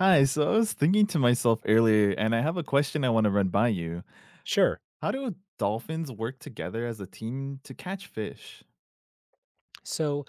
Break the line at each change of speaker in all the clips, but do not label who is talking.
Hi, so I was thinking to myself earlier, and I have a question I want to run by you.
Sure.
How do dolphins work together as a team to catch fish?
So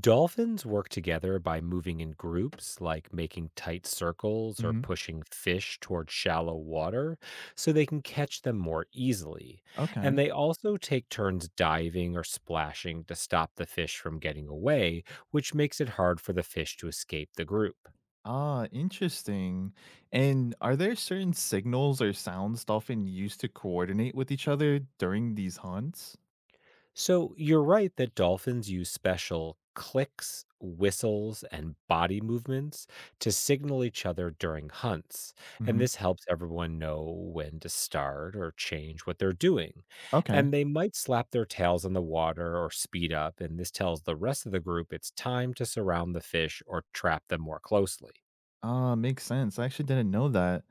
dolphins work together by moving in groups, like making tight circles or
Hmm
pushing fish toward shallow water so they can catch them more easily.
Okay.
And they also take turns diving or splashing to stop the fish from getting away, which makes it hard for the fish to escape the group.
Ah, interesting. And are there certain signals or sounds dolphins use to coordinate with each other during these hunts?
So you're right that dolphins use special clicks, whistles, and body movements to signal each other during hunts. And
Hmm
this helps everyone know when to start or change what they're doing.
Okay.
And they might slap their tails on the water or speed up. And this tells the rest of the group it's time to surround the fish or trap them more closely.
Ah, makes sense. I actually didn't know that.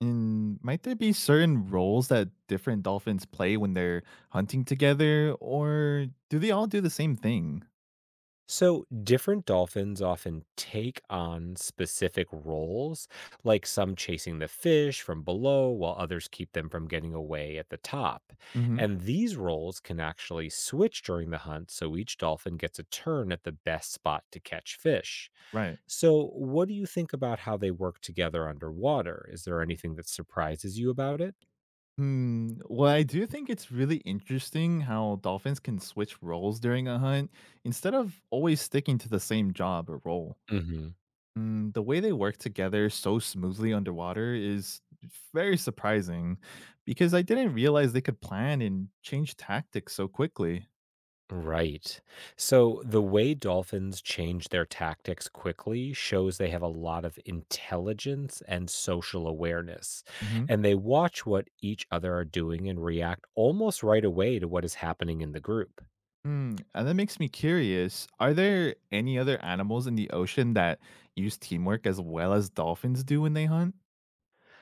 And might there be certain roles that different dolphins play when they're hunting together, or do they all do the same thing?
So, different dolphins often take on specific roles, like some chasing the fish from below while others keep them from getting away at the top. And these roles can actually switch during the hunt, so each dolphin gets a turn at the best spot to catch fish.
Right.
So, what do you think about how they work together underwater? Is there anything that surprises you about it?
Hmm. Well, I do think it's really interesting how dolphins can switch roles during a hunt instead of always sticking to the same job or role. Hmm, the way they work together so smoothly underwater is very surprising because I didn't realize they could plan and change tactics so quickly.
Right. So the way dolphins change their tactics quickly shows they have a lot of intelligence and social awareness.
Hmm
And they watch what each other are doing and react almost right away to what is happening in the group.
Hmm. And that makes me curious, are there any other animals in the ocean that use teamwork as well as dolphins do when they hunt?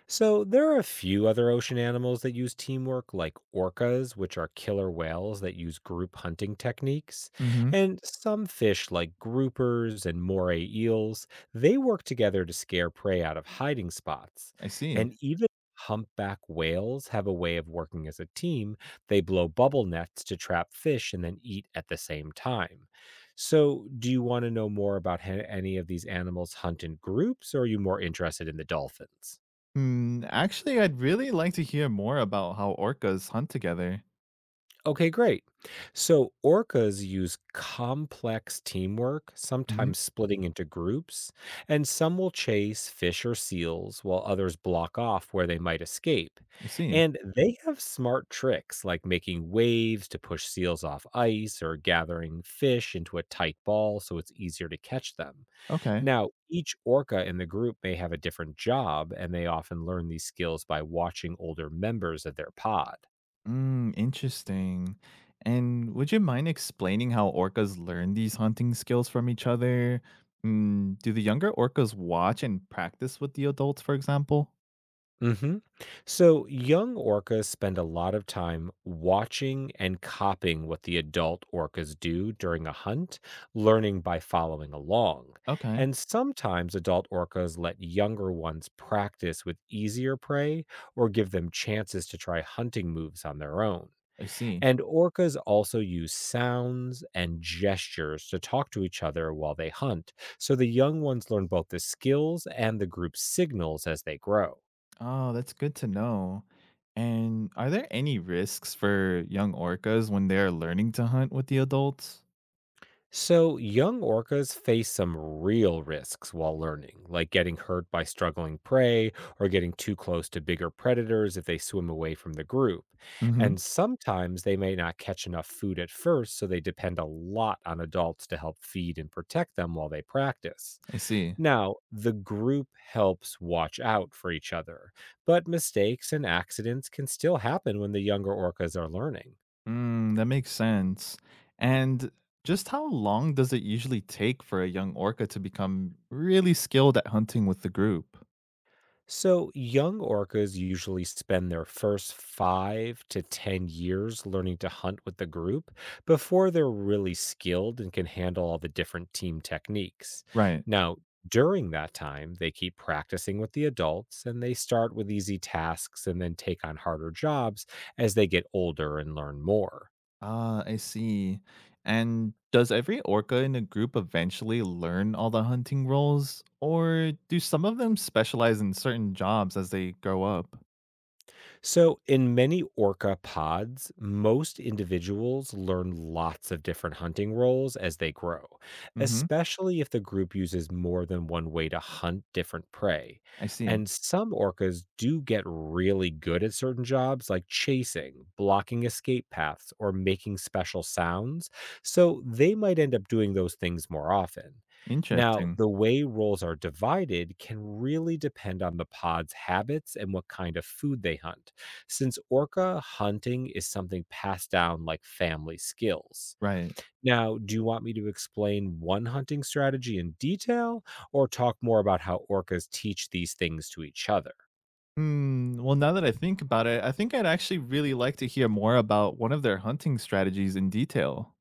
So there are a few other ocean animals that use teamwork, like orcas, which are killer whales that use group hunting techniques,
Hmm
and some fish like groupers and moray eels. They work together to scare prey out of hiding spots,
I see.
and even humpback whales have a way of working as a team. They blow bubble nets to trap fish and then eat at the same time. So, do you want to know more about how any of these animals hunt in groups, or are you more interested in the dolphins?
Hmm, actually, I'd really like to hear more about how orcas hunt together.
Okay, great. So orcas use complex teamwork,
Hmm
sometimes splitting into groups, and some will chase fish or seals while others block off where they might escape.
I see.
And they have smart tricks like making waves to push seals off ice or gathering fish into a tight ball so it's easier to catch them.
Okay.
Now, each orca in the group may have a different job, and they often learn these skills by watching older members of their pod.
Interesting. And would you mind explaining how orcas learn these hunting skills from each other? Do the younger orcas watch and practice with the adults, for example?
Hmm. So young orcas spend a lot of time watching and copying what the adult orcas do during a hunt, learning by following along.
Okay,
And sometimes adult orcas let younger ones practice with easier prey or give them chances to try hunting moves on their own.
I see.
And orcas also use sounds and gestures to talk to each other while they hunt. So the young ones learn both the skills and the group signals as they grow.
Oh, that's good to know. And are there any risks for young orcas when they're learning to hunt with the adults?
So, young orcas face some real risks while learning, like getting hurt by struggling prey or getting too close to bigger predators if they swim away from the group.
Hmm
And sometimes they may not catch enough food at first, so they depend a lot on adults to help feed and protect them while they practice.
I see.
Now, the group helps watch out for each other, but mistakes and accidents can still happen when the younger orcas are learning.
That makes sense. And just how long does it usually take for a young orca to become really skilled at hunting with the group?
So, young orcas usually spend their first five to 10 years learning to hunt with the group before they're really skilled and can handle all the different team techniques.
Right.
Now, during that time, they keep practicing with the adults and they start with easy tasks and then take on harder jobs as they get older and learn more.
Ah, I see. And does every orca in a group eventually learn all the hunting roles, or do some of them specialize in certain jobs as they grow up?
So, in many orca pods, most individuals learn lots of different hunting roles as they grow,
Mm-hmm.
especially if the group uses more than one way to hunt different prey.
I see.
And some orcas do get really good at certain jobs like chasing, blocking escape paths, or making special sounds. So, they might end up doing those things more often. Now,
Interesting.
the way roles are divided can really depend on the pod's habits and what kind of food they hunt. Since orca hunting is something passed down like family skills.
Right.
Now, do you want me to explain one hunting strategy in detail or talk more about how orcas teach these things to each other?
Hmm. Well, now that I think about it, I think I'd actually really like to hear more about one of their hunting strategies in detail.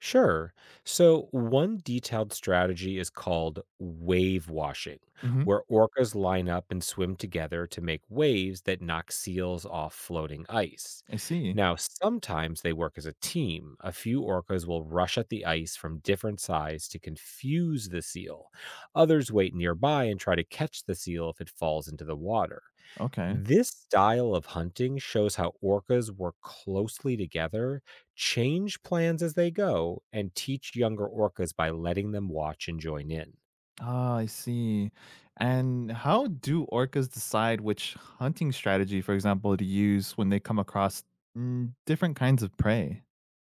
Sure. So, one detailed strategy is called wave washing,
Mhm.
where orcas line up and swim together to make waves that knock seals off floating ice.
I see.
Now, sometimes they work as a team. A few orcas will rush at the ice from different sides to confuse the seal. Others wait nearby and try to catch the seal if it falls into the water.
Okay.
This style of hunting shows how orcas work closely together, change plans as they go, and teach younger orcas by letting them watch and join in.
Ah, I see. And how do orcas decide which hunting strategy, for example, to use when they come across different kinds of prey?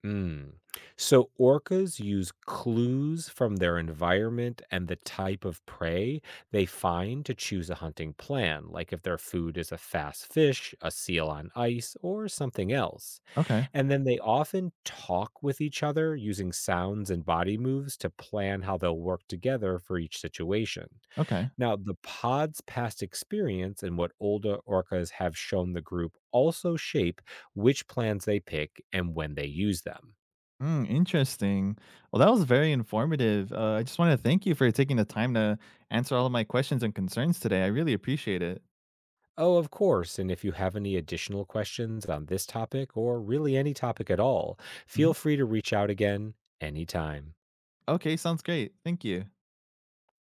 Mm. So, orcas use clues from their environment and the type of prey they find to choose a hunting plan, like if their food is a fast fish, a seal on ice, or something else.
Okay.
And then they often talk with each other using sounds and body moves to plan how they'll work together for each situation.
Okay.
Now, the pod's past experience and what older orcas have shown the group also shape which plans they pick and when they use them.
Interesting. Well, that was very informative. I just want to thank you for taking the time to answer all of my questions and concerns today. I really appreciate it.
Oh, of course, and if you have any additional questions on this topic or really any topic at all, feel
Mhm.
free to reach out again anytime.
Okay. Sounds great. Thank you.